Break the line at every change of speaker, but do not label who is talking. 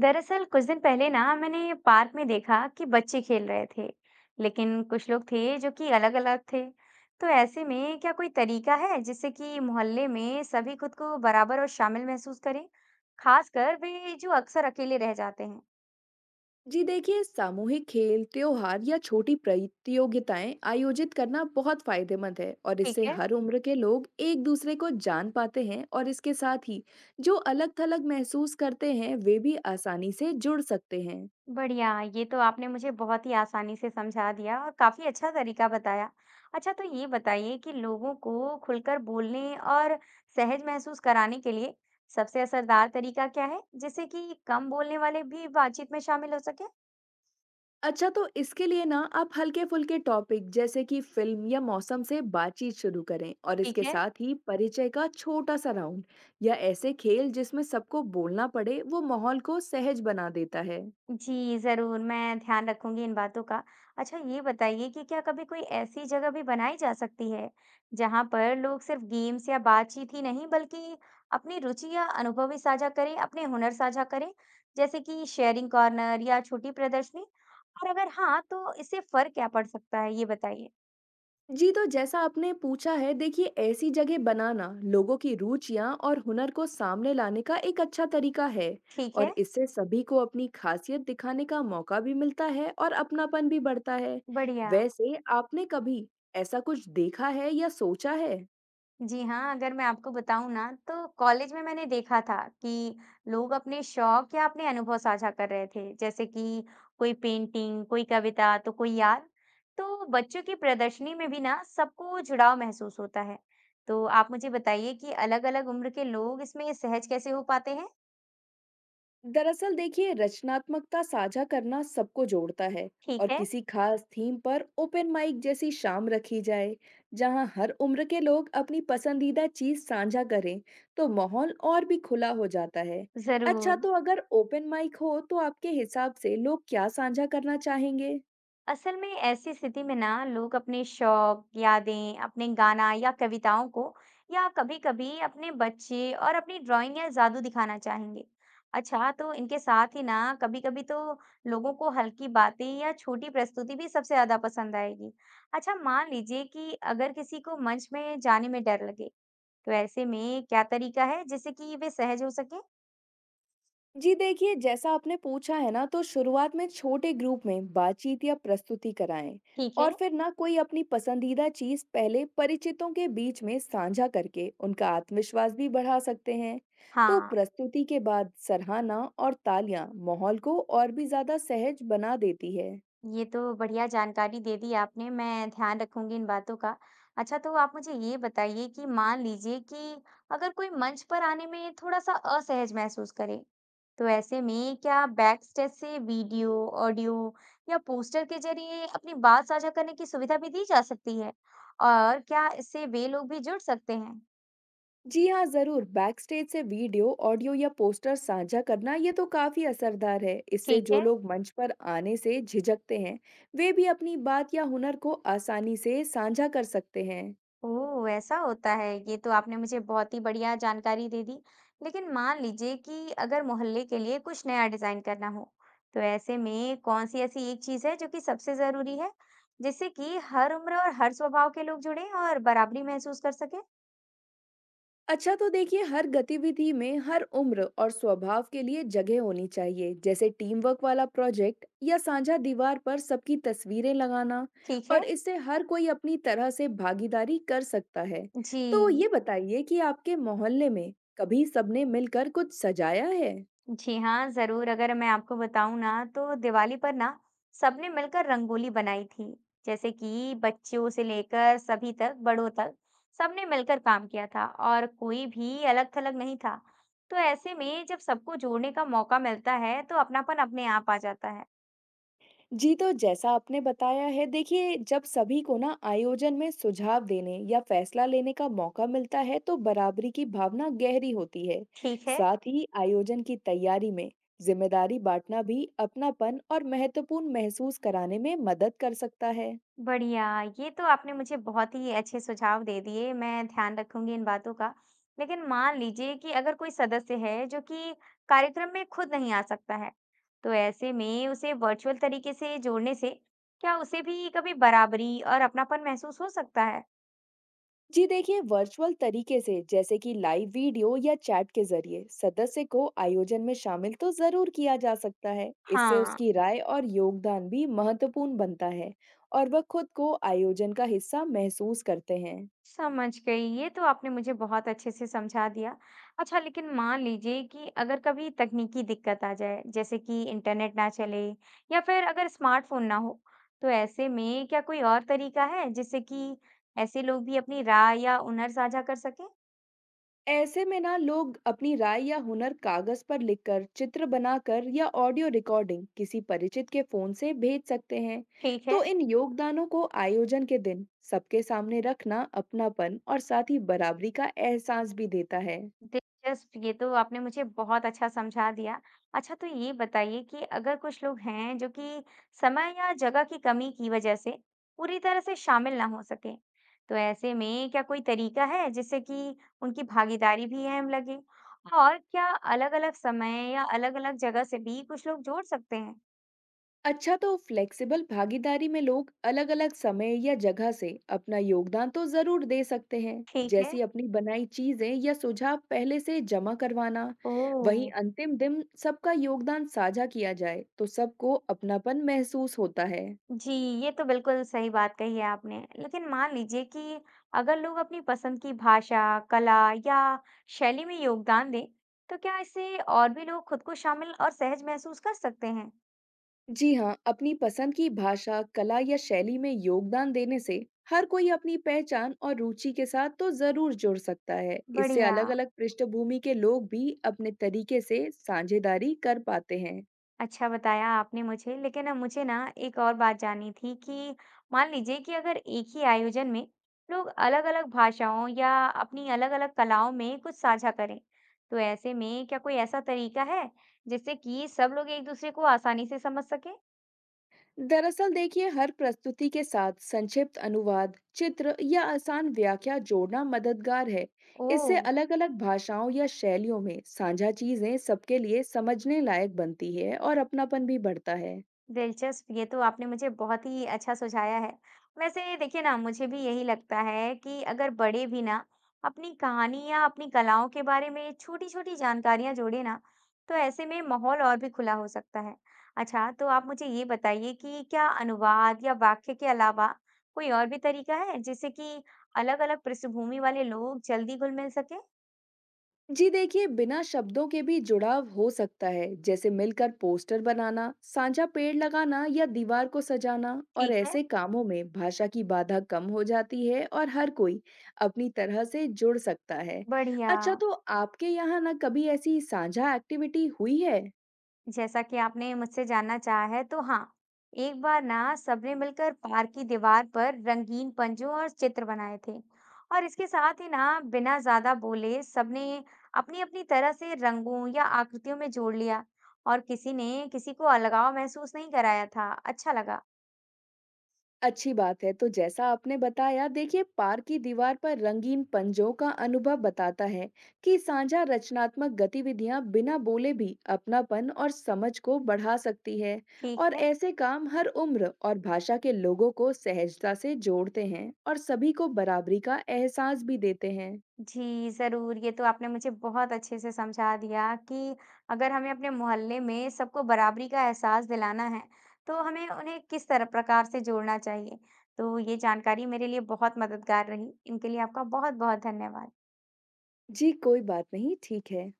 दरअसल कुछ दिन पहले ना मैंने पार्क में देखा कि बच्चे खेल रहे थे लेकिन कुछ लोग थे जो कि अलग अलग थे। तो ऐसे में क्या कोई तरीका है जिससे कि मोहल्ले में सभी खुद को बराबर और शामिल महसूस करें, खासकर वे जो अक्सर अकेले रह जाते हैं?
जी देखिए, सामूहिक खेल, त्योहार या छोटी प्रतियोगिताएं आयोजित करना बहुत फायदेमंद है और
ठीक
इससे
है।
हर उम्र के लोग एक दूसरे को जान पाते हैं। और इसके साथ ही जो अलग थलग महसूस करते हैं, वे भी आसानी से जुड़ सकते हैं।
बढ़िया, ये तो आपने मुझे बहुत ही आसानी से समझा दिया और काफ़ी अच्छा तरीका बताया। अच्छा तो ये बताइए कि लोगों को खुलकर बोलने और सहज महसूस कराने के लिए सबसे असरदार तरीका क्या है, जिससे कि कम बोलने वाले भी बातचीत में शामिल हो सके?
अच्छा, तो इसके लिए ना आप हल्के फुल्के टॉपिक जैसे कि फिल्म या मौसम से बातचीत शुरू करें, और
ठीक
इसके
है।
साथ ही परिचय का छोटा सा राउंड या ऐसे खेल जिसमें सबको बोलना पड़े, वो माहौल को सहज बना देता है।
जी, ज़रूर, मैं ध्यान रखूँगी इन बातों का। अच्छा ये बताइए कि क्या कभी कोई ऐसी जगह भी बनाई जा सकती है, जहाँ पर लोग सिर्फ़ गेम्स या बातचीत ही नहीं बल्कि अपनी रुचि या अनुभव भी साझा करें, अपने हुनर साझा करें? जैसे कि शेयरिंग कॉर्नर या छोटी प्रदर्शनी? और अगर हाँ, तो इससे फ़र्क क्या पड़ सकता है, ये बताइए?
जी, तो जैसा आपने पूछा है, देखिए ऐसी जगह बनाना लोगों की रुचियां और हुनर को सामने लाने का एक अच्छा तरीका है।
ठीक
और
है।
इससे सभी को अपनी खासियत दिखाने का मौका भी मिलता है और अपनापन भी बढ़ता है।
बढ़िया।
वैसे आपने कभी ऐसा कुछ देखा है या सोचा है?
जी हाँ, अगर मैं आपको बताऊँ ना तो कॉलेज में मैंने देखा था कि लोग अपने शौक या अपने अनुभव साझा कर रहे थे, जैसे कि कोई पेंटिंग, कोई कविता, तो कोई यार। तो बच्चों की प्रदर्शनी में भी ना सबको जुड़ाव महसूस होता है। तो आप मुझे बताइए कि अलग-अलग उम्र के लोग इसमें सहज कैसे हो पाते हैं?
दरअसल देखिए, रचनात्मकता साझा करना सबको जोड़ता है।
ठीक
और
है,
किसी खास थीम पर ओपन माइक जैसी शाम रखी जाए जहां हर उम्र के लोग अपनी पसंदीदा चीज साझा करें, तो माहौल और भी खुला हो जाता है। अच्छा,
जरूर।
तो अगर ओपन माइक हो तो आपके हिसाब से लोग क्या साझा करना चाहेंगे?
असल में ऐसी स्थिति में ना लोग अपने शौक, यादें, अपने गाना या कविताओं को या कभी-कभी अपने बच्चे और अपनी ड्राइंग या जादू दिखाना चाहेंगे। अच्छा, तो इनके साथ ही ना कभी-कभी तो लोगों को हल्की बातें या छोटी प्रस्तुति भी सबसे ज्यादा पसंद आएगी। अच्छा, मान लीजिए कि अगर किसी को मंच में जाने में डर लगे, तो ऐसे में क्या तरीका है जिससे कि वे सहज हो सके?
जी देखिए, जैसा आपने पूछा है ना, तो शुरुआत में छोटे ग्रुप में बातचीत या प्रस्तुति कराएं।
ठीक है।
और फिर ना कोई अपनी पसंदीदा चीज पहले परिचितों के बीच में साझा करके उनका आत्मविश्वास भी बढ़ा सकते हैं। तो
हाँ।
प्रस्तुति के बाद सराहना और तालियां माहौल को और भी ज्यादा सहज बना देती है।
ये तो बढ़िया जानकारी दे दी आपने, मैं ध्यान रखूंगी इन बातों का। अच्छा तो आप मुझे ये बताइए कि मान लीजिए कि अगर कोई मंच पर आने में थोड़ा-सा असहज महसूस करे, तो ऐसे में क्या बैक स्टेज से वीडियो, ऑडियो या पोस्टर के जरिए अपनी बात साझा करने की सुविधा भी दी जा सकती है? और क्या इससे वे लोग भी जुड़ सकते हैं?
जी हाँ, जरूर। बैकस्टेज से वीडियो, ऑडियो या पोस्टर साझा करना, ये तो काफी असरदार है। इससे
ठीक
जो
है।
लोग मंच पर आने से झिझकते हैं, वे भी अपनी बात या हुनर को आसानी से साझा कर सकते हैं।
ओह! ऐसा होता है, ये तो आपने मुझे बहुत ही बढ़िया जानकारी दे दी। लेकिन मान लीजिए कि अगर मोहल्ले के लिए कुछ नया डिज़ाइन करना हो, तो ऐसे में कौन-सी ऐसी एक चीज़ है जो कि सबसे ज़रूरी है, जिससे कि हर उम्र और हर स्वभाव के लोग जुड़ें और बराबरी महसूस कर सकें?
अच्छा, तो देखिए हर गतिविधि में हर उम्र और स्वभाव के लिए जगह होनी चाहिए, जैसे टीम वर्क वाला प्रोजेक्ट या साझा दीवार पर सबकी तस्वीरें लगाना।
ठीक है।
और इससे हर कोई अपनी तरह से भागीदारी कर सकता है। तो
जी।
ये बताइए कि आपके मोहल्ले में कभी सबने मिलकर कुछ सजाया है?
जी हाँ, ज़रूर। अगर मैं आपको बताऊँ ना तो दिवाली पर ना सबने मिलकर रंगोली बनाई थी। जैसे कि बच्चों से लेकर सभी तक, बड़ों तक सबने मिलकर काम किया था और कोई भी अलग-थलग नहीं था। तो ऐसे में जब सबको जोड़ने का मौका मिलता है तो अपनापन अपने आप आ जाता है।
जी, तो जैसा आपने बताया है, देखिए जब सभी को ना आयोजन में सुझाव देने या फैसला लेने का मौका मिलता है, तो बराबरी की भावना गहरी होती है।
ठीक है।
साथ ही आयोजन की तैयारी में जिम्मेदारी बांटना भी अपनापन और महत्वपूर्ण महसूस कराने में मदद कर सकता है।
बढ़िया, ये तो आपने मुझे बहुत ही अच्छे सुझाव दे दिए, मैं ध्यान रखूँगी इन बातों का। लेकिन मान लीजिए कि अगर कोई सदस्य है जो कि कार्यक्रम में खुद नहीं आ सकता है, तो ऐसे में उसे वर्चुअल तरीके से जोड़ने से क्या उसे भी कभी बराबरी और अपनापन महसूस हो सकता है?
जी देखिए, वर्चुअल तरीके से जैसे कि लाइव वीडियो या चैट के जरिए सदस्य को आयोजन में शामिल तो जरूर किया जा सकता है। इससे
हाँ।
उसकी राय और योगदान भी महत्वपूर्ण बनता है और वह खुद को आयोजन का हिस्सा महसूस करते हैं।
समझ गई। ये तो आपने मुझे बहुत अच्छे से समझा दिया। अच्छा लेकिन मान लीजिए कि अगर कभी तकनीकी दिक्कत आ जाए, जैसे कि इंटरनेट ना चले या फिर अगर स्मार्टफ़ोन ना हो, तो ऐसे में क्या कोई और तरीका है जिससे कि ऐसे लोग भी अपनी राय या हुनर साझा कर सकें?
ऐसे में ना लोग अपनी राय या हुनर कागज पर लिखकर, चित्र बनाकर या ऑडियो रिकॉर्डिंग किसी परिचित के फोन से भेज सकते हैं।
ठीक है।
तो इन योगदानों को आयोजन के दिन सबके सामने रखना अपनापन और साथ ही बराबरी का एहसास भी देता है।
दिलचस्प, ये तो आपने मुझे बहुत अच्छा समझा दिया। अच्छा तो ये बताइए कि अगर कुछ लोग हैं जो कि समय या जगह की कमी की वजह से पूरी तरह से शामिल ना हो सके, तो ऐसे में क्या कोई तरीका है जिससे कि उनकी भागीदारी भी अहम लगे? और क्या अलग-अलग समय या अलग-अलग जगह से भी कुछ लोग जोड़ सकते हैं?
अच्छा, तो फ्लेक्सिबल भागीदारी में लोग अलग-अलग समय या जगह से अपना योगदान तो जरूर दे सकते हैं,
ठीक है।
जैसी अपनी बनाई चीजें या सुझाव पहले से जमा करवाना।
ओह!
वहीं अंतिम दिन सबका योगदान साझा किया जाए, तो सबको अपनापन महसूस होता है।
जी, ये तो बिल्कुल सही बात कही है आपने। लेकिन मान लीजिए कि अगर लोग अपनी पसंद की भाषा, कला या शैली में योगदान दें, तो क्या इससे और भी लोग खुद को शामिल और सहज महसूस कर सकते हैं?
जी हाँ, अपनी पसंद की भाषा, कला या शैली में योगदान देने से हर कोई अपनी पहचान और रुचि के साथ तो जरूर जुड़ सकता है। इससे
बढ़िया।
अलग-अलग पृष्ठभूमि के लोग भी अपने तरीके से साझेदारी कर पाते हैं।
अच्छा बताया आपने मुझे, लेकिन ना मुझे ना एक और बात जाननी थी कि मान लीजिए कि अगर एक ही आयोजन में लोग अलग-अलग भाषाओं या अपनी अलग-अलग कलाओं में कुछ साझा करें, तो ऐसे में क्या कोई ऐसा तरीका है जिससे कि सब लोग एक दूसरे को आसानी से समझ सकें?
दरअसल देखिए, हर प्रस्तुति के साथ संक्षिप्त अनुवाद, चित्र या आसान व्याख्या जोड़ना मददगार है।
ओह।
इससे अलग-अलग भाषाओं या शैलियों में साझा चीजें सबके लिए समझने लायक बनती है और अपनापन भी बढ़ता है।
दिलचस्प, ये तो आपने मुझे बहुत ही अच्छा सुझाया है। वैसे देखिए ना, मुझे भी यही लगता है कि अगर बड़े भी ना अपनी कहानी या अपनी कलाओं के बारे में छोटी-छोटी जानकारियां जोड़े ना, तो ऐसे में माहौल और भी खुला हो सकता है। अच्छा, तो आप मुझे ये बताइए कि क्या अनुवाद या वाक्य के अलावा कोई और भी तरीका है, जिससे कि अलग-अलग पृष्ठभूमि वाले लोग जल्दी घुल-मिल सकें?
जी देखिए, बिना शब्दों के भी जुड़ाव हो सकता है, जैसे मिलकर पोस्टर बनाना, साझा पेड़ लगाना या दीवार को सजाना। और
ठीक है।
ऐसे कामों में भाषा की बाधा कम हो जाती है और हर कोई अपनी तरह से जुड़ सकता है।
बढ़िया।
अच्छा, तो आपके यहाँ ना कभी ऐसी साझा एक्टिविटी हुई है?
जैसा कि आपने मुझसे जानना चाहा है, तो हाँ, एक बार ना सबने मिलकर पार्क की दीवार पर रंगीन पंजों और चित्र बनाए थे, और इसके साथ ही ना बिना ज्यादा बोले सबने अपनी-अपनी तरह से रंगों या आकृतियों में जोड़ लिया, और किसी ने किसी को अलगाव महसूस नहीं कराया था। अच्छा लगा।
अच्छी बात है। तो जैसा आपने बताया, देखिए पार्क की दीवार पर रंगीन पंजों का अनुभव बताता है कि साझा रचनात्मक गतिविधियां बिना बोले भी अपनापन और समझ को बढ़ा सकती है।
ठीक
और
है।
ऐसे काम हर उम्र और भाषा के लोगों को सहजता से जोड़ते हैं और सभी को बराबरी का एहसास भी देते हैं।
जी, ज़रूर। ये तो आपने मुझे बहुत अच्छे से समझा दिया कि अगर हमें अपने मोहल्ले में सबको बराबरी का एहसास दिलाना है, तो हमें उन्हें किस तरह प्रकार से जोड़ना चाहिए। तो ये जानकारी मेरे लिए बहुत मददगार रही। इनके लिए आपका बहुत-बहुत धन्यवाद।
जी कोई बात नहीं, ठीक है।